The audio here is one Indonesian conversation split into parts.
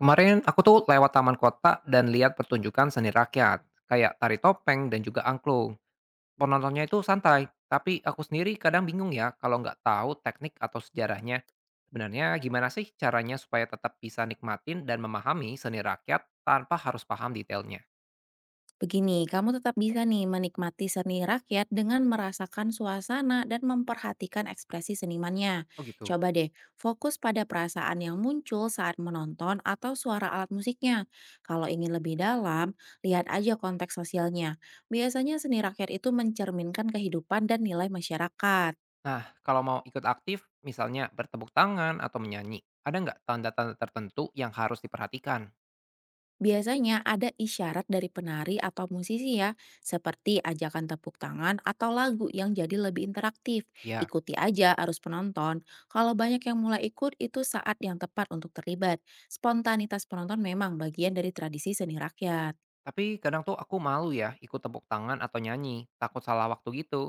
Kemarin aku tuh lewat taman kota dan lihat pertunjukan seni rakyat, kayak tari topeng dan juga angklung. Penontonnya itu santai, tapi aku sendiri kadang bingung ya kalau nggak tahu teknik atau sejarahnya. Sebenarnya gimana sih caranya supaya tetap bisa nikmatin dan memahami seni rakyat tanpa harus paham detailnya? Begini, kamu tetap bisa nih menikmati seni rakyat dengan merasakan suasana dan memperhatikan ekspresi senimannya. Oh gitu. Coba deh, fokus pada perasaan yang muncul saat menonton atau suara alat musiknya. Kalau ingin lebih dalam, lihat aja konteks sosialnya. Biasanya seni rakyat itu mencerminkan kehidupan dan nilai masyarakat. Nah, kalau mau ikut aktif, misalnya bertepuk tangan atau menyanyi, ada nggak tanda-tanda tertentu yang harus diperhatikan? Biasanya ada isyarat dari penari atau musisi ya, seperti ajakan tepuk tangan atau lagu yang jadi lebih interaktif. Ya. Ikuti aja arus penonton. Kalau banyak yang mulai ikut, itu saat yang tepat untuk terlibat. Spontanitas penonton memang bagian dari tradisi seni rakyat. Tapi kadang tuh aku malu ya ikut tepuk tangan atau nyanyi, takut salah waktu gitu.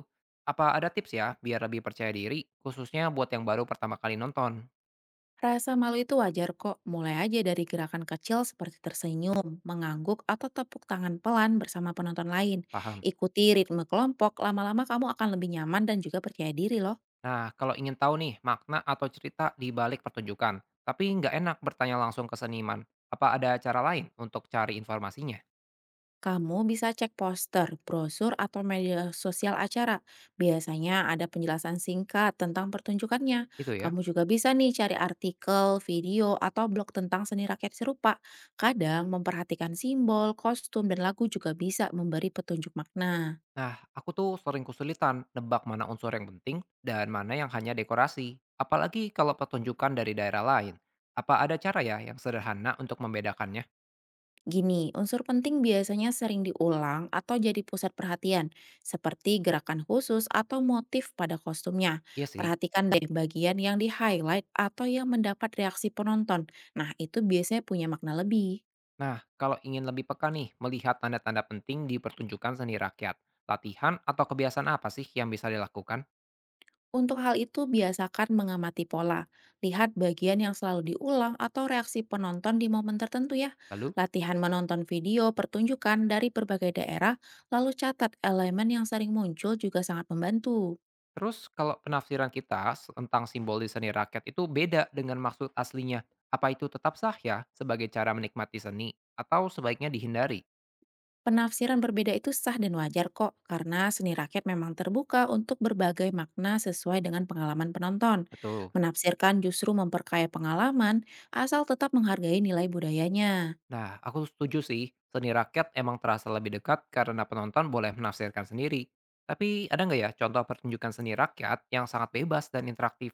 Apa ada tips ya biar lebih percaya diri, khususnya buat yang baru pertama kali nonton? Rasa malu itu wajar kok, mulai aja dari gerakan kecil seperti tersenyum, mengangguk, atau tepuk tangan pelan bersama penonton lain. Paham. Ikuti ritme kelompok, lama-lama kamu akan lebih nyaman dan juga percaya diri loh. Nah, kalau ingin tahu nih makna atau cerita di balik pertunjukan, tapi nggak enak bertanya langsung ke seniman, apa ada cara lain untuk cari informasinya? Kamu bisa cek poster, brosur, atau media sosial acara. Biasanya ada penjelasan singkat tentang pertunjukannya. Itu ya. Kamu juga bisa nih cari artikel, video, atau blog tentang seni rakyat serupa. Kadang memperhatikan simbol, kostum, dan lagu juga bisa memberi petunjuk makna. Nah, aku tuh sering kesulitan nebak mana unsur yang penting dan mana yang hanya dekorasi. Apalagi kalau pertunjukan dari daerah lain. Apa ada cara ya yang sederhana untuk membedakannya? Gini, unsur penting biasanya sering diulang atau jadi pusat perhatian, seperti gerakan khusus atau motif pada kostumnya. Iya sih. Perhatikan deh bagian yang di-highlight atau yang mendapat reaksi penonton. Nah, itu biasanya punya makna lebih. Nah, kalau ingin lebih peka nih melihat tanda-tanda penting di pertunjukan seni rakyat, latihan atau kebiasaan apa sih yang bisa dilakukan? Untuk hal itu, biasakan mengamati pola. Lihat bagian yang selalu diulang atau reaksi penonton di momen tertentu ya. Lalu, Latihan menonton video pertunjukan dari berbagai daerah, lalu catat elemen yang sering muncul juga sangat membantu. terus kalau penafsiran kita tentang simbol di seni rakyat itu beda dengan maksud aslinya, apa itu tetap sah ya sebagai cara menikmati seni atau sebaiknya dihindari? Penafsiran berbeda itu sah dan wajar kok, karena seni rakyat memang terbuka untuk berbagai makna sesuai dengan pengalaman penonton. Betul. Menafsirkan justru memperkaya pengalaman, asal tetap menghargai nilai budayanya. Nah, aku setuju sih, seni rakyat emang terasa lebih dekat karena penonton boleh menafsirkan sendiri. Tapi ada nggak ya contoh pertunjukan seni rakyat yang sangat bebas dan interaktif?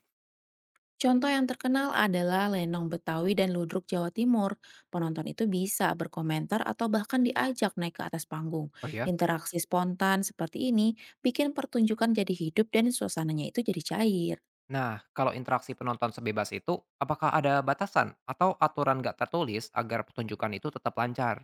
Contoh yang terkenal adalah Lenong Betawi dan Ludruk Jawa Timur. Penonton itu bisa berkomentar atau bahkan diajak naik ke atas panggung. Oh ya. Interaksi spontan seperti ini bikin pertunjukan jadi hidup dan suasananya itu jadi cair. Nah, kalau interaksi penonton sebebas itu, apakah ada batasan atau aturan nggak tertulis agar pertunjukan itu tetap lancar?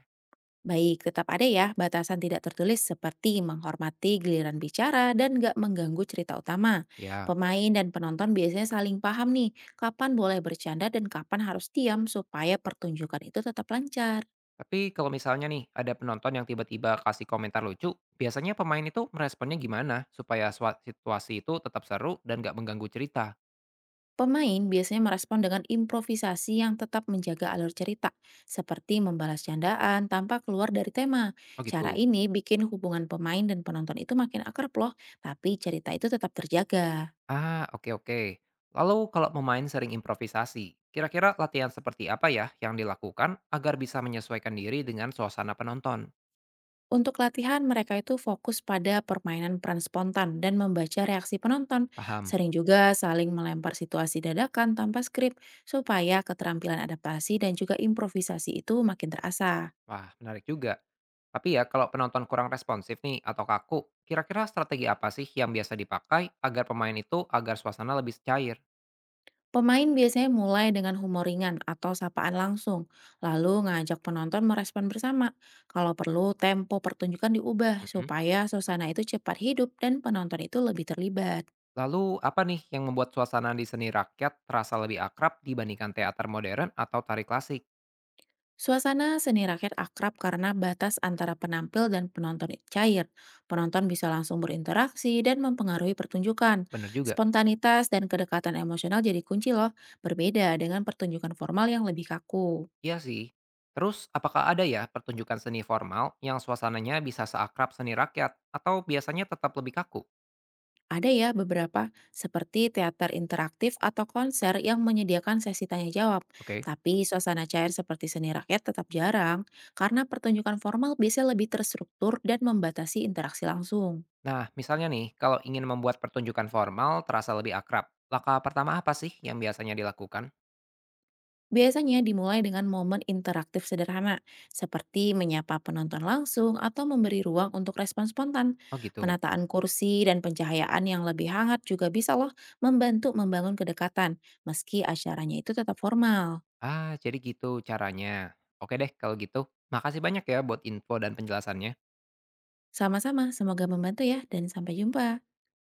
Baik, tetap ada ya batasan tidak tertulis seperti menghormati giliran bicara dan nggak mengganggu cerita utama. Ya, Pemain dan penonton biasanya saling paham nih kapan boleh bercanda dan kapan harus diam supaya pertunjukan itu tetap lancar. tapi kalau misalnya nih ada penonton yang tiba-tiba kasih komentar lucu, biasanya pemain itu meresponnya gimana supaya situasi itu tetap seru dan nggak mengganggu cerita? Pemain biasanya merespon dengan improvisasi yang tetap menjaga alur cerita, seperti membalas candaan tanpa keluar dari tema. Oh Cara gitu. ini bikin hubungan pemain dan penonton itu makin akrab loh, tapi cerita itu tetap terjaga. Ah, oke, oke. Lalu kalau pemain sering improvisasi, kira-kira latihan seperti apa ya yang dilakukan agar bisa menyesuaikan diri dengan suasana penonton? Untuk latihan, mereka itu fokus pada permainan peran spontan dan membaca reaksi penonton. Paham. Sering juga saling melempar situasi dadakan tanpa skrip, supaya keterampilan adaptasi dan juga improvisasi itu makin terasa. Wah, menarik juga. Tapi ya, kalau penonton kurang responsif nih atau kaku, kira-kira strategi apa sih yang biasa dipakai agar pemain itu agar suasana lebih cair? Pemain biasanya mulai dengan humor ringan atau sapaan langsung, lalu ngajak penonton merespon bersama. Kalau perlu, tempo pertunjukan diubah Mhm. supaya suasana itu cepat hidup dan penonton itu lebih terlibat. Lalu, apa nih yang membuat suasana di seni rakyat terasa lebih akrab dibandingkan teater modern atau tari klasik? Suasana seni rakyat akrab karena batas antara penampil dan penonton cair. Penonton bisa langsung berinteraksi dan mempengaruhi pertunjukan. Bener juga. Spontanitas dan kedekatan emosional jadi kunci loh, berbeda dengan pertunjukan formal yang lebih kaku. Iya sih. Terus, apakah ada ya pertunjukan seni formal yang suasananya bisa seakrab seni rakyat atau biasanya tetap lebih kaku? Ada ya beberapa, seperti teater interaktif atau konser yang menyediakan sesi tanya-jawab. Oke. Tapi suasana cair seperti seni rakyat tetap jarang, karena pertunjukan formal bisa lebih terstruktur dan membatasi interaksi langsung. Nah, misalnya nih, kalau ingin membuat pertunjukan formal terasa lebih akrab, langkah pertama apa sih yang biasanya dilakukan? Biasanya dimulai dengan momen interaktif sederhana, seperti menyapa penonton langsung atau memberi ruang untuk respon spontan. Oh gitu. Penataan kursi dan pencahayaan yang lebih hangat juga bisa loh membantu membangun kedekatan, meski acaranya itu tetap formal. Ah, jadi gitu caranya. Oke deh kalau gitu. Makasih banyak ya buat info dan penjelasannya. Sama-sama, semoga membantu ya, dan sampai jumpa.